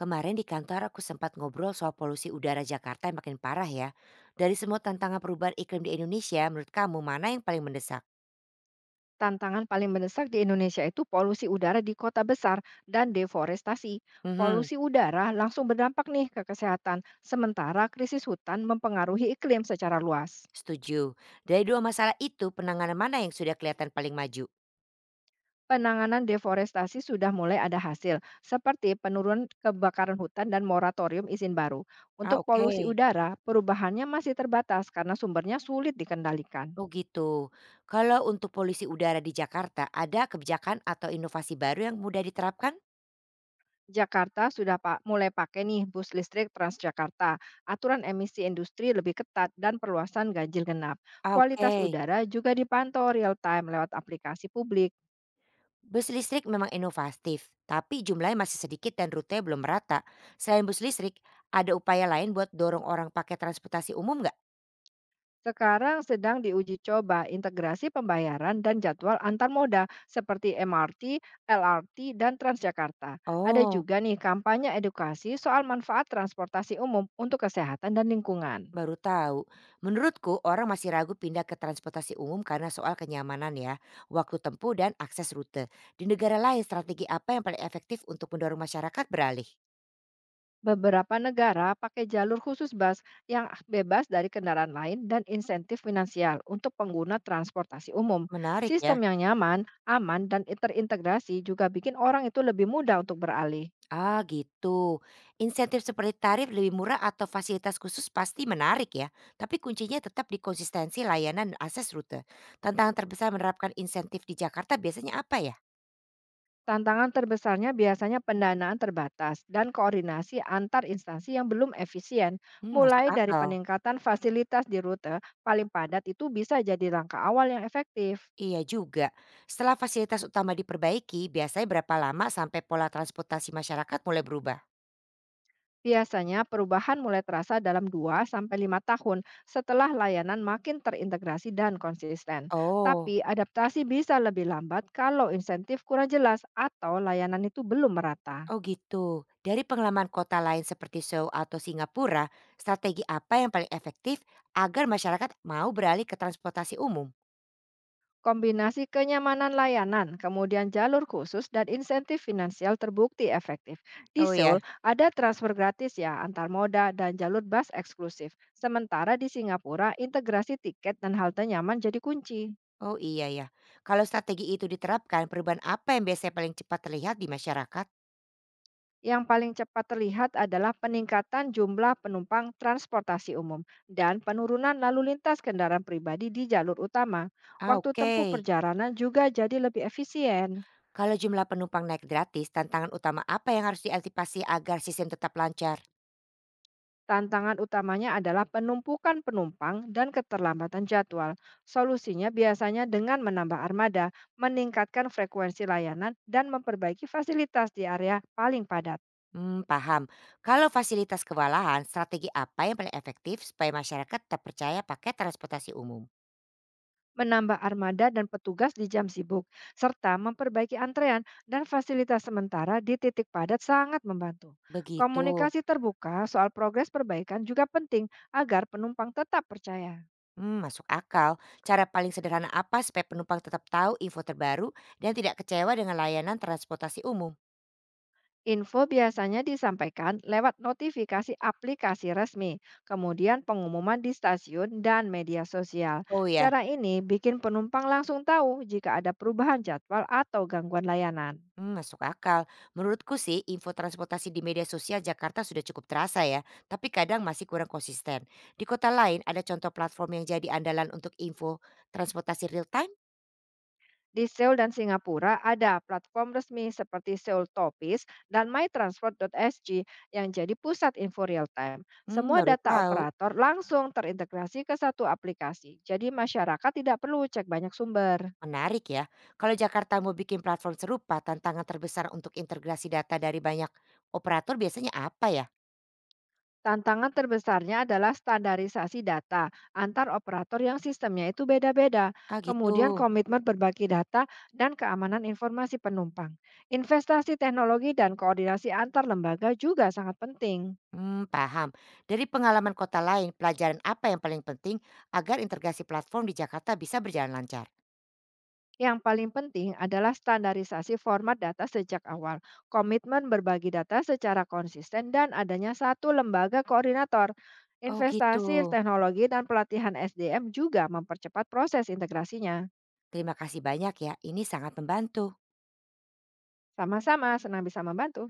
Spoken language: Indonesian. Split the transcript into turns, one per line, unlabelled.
Kemarin di kantor aku sempat ngobrol soal polusi udara Jakarta yang makin parah ya. Dari semua tantangan perubahan iklim di Indonesia, menurut kamu mana yang paling mendesak?
Tantangan paling mendesak di Indonesia itu polusi udara di kota besar dan deforestasi.
Hmm,
Polusi udara langsung berdampak nih ke kesehatan, sementara krisis hutan mempengaruhi iklim secara luas.
setuju. Dari dua masalah itu, penanganan mana yang sudah kelihatan paling maju?
Penanganan deforestasi sudah mulai ada hasil, seperti penurunan kebakaran hutan dan moratorium izin baru.
Ah,
Untuk polusi
oke.
udara, perubahannya masih terbatas karena sumbernya sulit dikendalikan.
Oh gitu. Kalau untuk polusi udara di Jakarta, ada kebijakan atau inovasi baru yang mudah diterapkan?
Jakarta sudah mulai pakai nih bus listrik Transjakarta. Aturan emisi industri lebih ketat dan perluasan ganjil genap.
Ah, oke.
Kualitas udara juga dipantau real time lewat aplikasi publik.
Bus listrik memang inovatif, tapi jumlahnya masih sedikit dan rute belum merata. Selain bus listrik, ada upaya lain buat dorong orang pakai transportasi umum nggak?
Sekarang sedang diuji coba integrasi pembayaran dan jadwal antar moda seperti MRT, LRT, dan Transjakarta. Ada
Oh,
juga nih kampanye edukasi soal manfaat transportasi umum untuk kesehatan dan lingkungan.
baru tahu. Menurutku, orang masih ragu pindah ke transportasi umum karena soal kenyamanan ya, waktu tempuh dan akses rute. Di negara lain, strategi apa yang paling efektif untuk mendorong masyarakat beralih?
Beberapa negara pakai jalur khusus bus yang bebas dari kendaraan lain dan insentif finansial untuk pengguna transportasi umum.
Menarik
Sistem
ya.
yang nyaman, aman, dan terintegrasi juga bikin orang itu lebih mudah untuk beralih.
Ah gitu. Insentif seperti tarif lebih murah atau fasilitas khusus pasti menarik ya. Tapi kuncinya tetap di konsistensi layanan dan akses rute. Tantangan terbesar menerapkan insentif di Jakarta biasanya apa ya?
Tantangan terbesarnya biasanya pendanaan terbatas dan koordinasi antar instansi yang belum efisien.
Hmm, masuk
Mulai dari
akal.
peningkatan fasilitas di rute paling padat itu bisa jadi langkah awal yang efektif.
Iya juga. Setelah fasilitas utama diperbaiki, biasanya berapa lama sampai pola transportasi masyarakat mulai berubah?
Biasanya perubahan mulai terasa dalam 2 sampai 5 tahun setelah layanan makin terintegrasi dan konsisten. Tapi
Oh,
adaptasi bisa lebih lambat kalau insentif kurang jelas atau layanan itu belum merata.
oh gitu. Dari pengalaman kota lain seperti Seoul atau Singapura, strategi apa yang paling efektif agar masyarakat mau beralih ke transportasi umum?
Kombinasi kenyamanan layanan, kemudian jalur khusus dan insentif finansial terbukti efektif. Di
Oh ya,
Seoul ada transfer gratis ya antar moda dan jalur bus eksklusif. Sementara di Singapura integrasi tiket dan halte nyaman jadi kunci.
oh iya ya. Kalau strategi itu diterapkan, perubahan apa yang biasanya paling cepat terlihat di masyarakat?
Yang paling cepat terlihat adalah peningkatan jumlah penumpang transportasi umum dan penurunan lalu lintas kendaraan pribadi di jalur utama.
Ah
Waktu
oke.
tempuh perjalanan juga jadi lebih efisien.
Kalau jumlah penumpang naik gratis, tantangan utama apa yang harus diantisipasi agar sistem tetap lancar?
Tantangan utamanya adalah penumpukan penumpang dan keterlambatan jadwal. Solusinya biasanya dengan menambah armada, meningkatkan frekuensi layanan, dan memperbaiki fasilitas di area paling padat.
Hmm, paham. Kalau fasilitas kewalahan, strategi apa yang paling efektif supaya masyarakat tetap percaya pakai transportasi umum?
Menambah armada dan petugas di jam sibuk, serta memperbaiki antrean dan fasilitas sementara di titik padat sangat membantu.
Begitu.
Komunikasi terbuka soal progres perbaikan juga penting agar penumpang tetap percaya.
Hmm, masuk akal. Cara paling sederhana apa supaya penumpang tetap tahu info terbaru dan tidak kecewa dengan layanan transportasi umum?
Info biasanya disampaikan lewat notifikasi aplikasi resmi, kemudian pengumuman di stasiun dan media sosial.
Oh ya,
Cara ini bikin penumpang langsung tahu jika ada perubahan jadwal atau gangguan layanan.
mmm, masuk akal. Menurutku sih info transportasi di media sosial Jakarta sudah cukup terasa ya, tapi kadang masih kurang konsisten. Di kota lain ada contoh platform yang jadi andalan untuk info transportasi real time?
Di Seoul dan Singapura ada platform resmi seperti Seoul Topis dan mytransport.sg yang jadi pusat info real time.
Hmm,
Semua
baru
data
tahu.
operator langsung terintegrasi ke satu aplikasi, jadi masyarakat tidak perlu cek banyak sumber.
Menarik ya. Kalau Jakarta mau bikin platform serupa, tantangan terbesar untuk integrasi data dari banyak operator biasanya apa ya?
Tantangan terbesarnya adalah standarisasi data antar operator yang sistemnya itu beda-beda,
Ah,
kemudian
gitu.
komitmen berbagi data dan keamanan informasi penumpang. Investasi teknologi dan koordinasi antar lembaga juga sangat penting.
Hmm, paham. Dari pengalaman kota lain, pelajaran apa yang paling penting agar integrasi platform di Jakarta bisa berjalan lancar?
Yang paling penting adalah standarisasi format data sejak awal, komitmen berbagi data secara konsisten, dan adanya satu lembaga koordinator.
Oh, gitu.
Investasi teknologi dan pelatihan SDM juga mempercepat proses integrasinya.
Terima kasih banyak ya, ini sangat membantu.
Sama-sama, senang bisa membantu.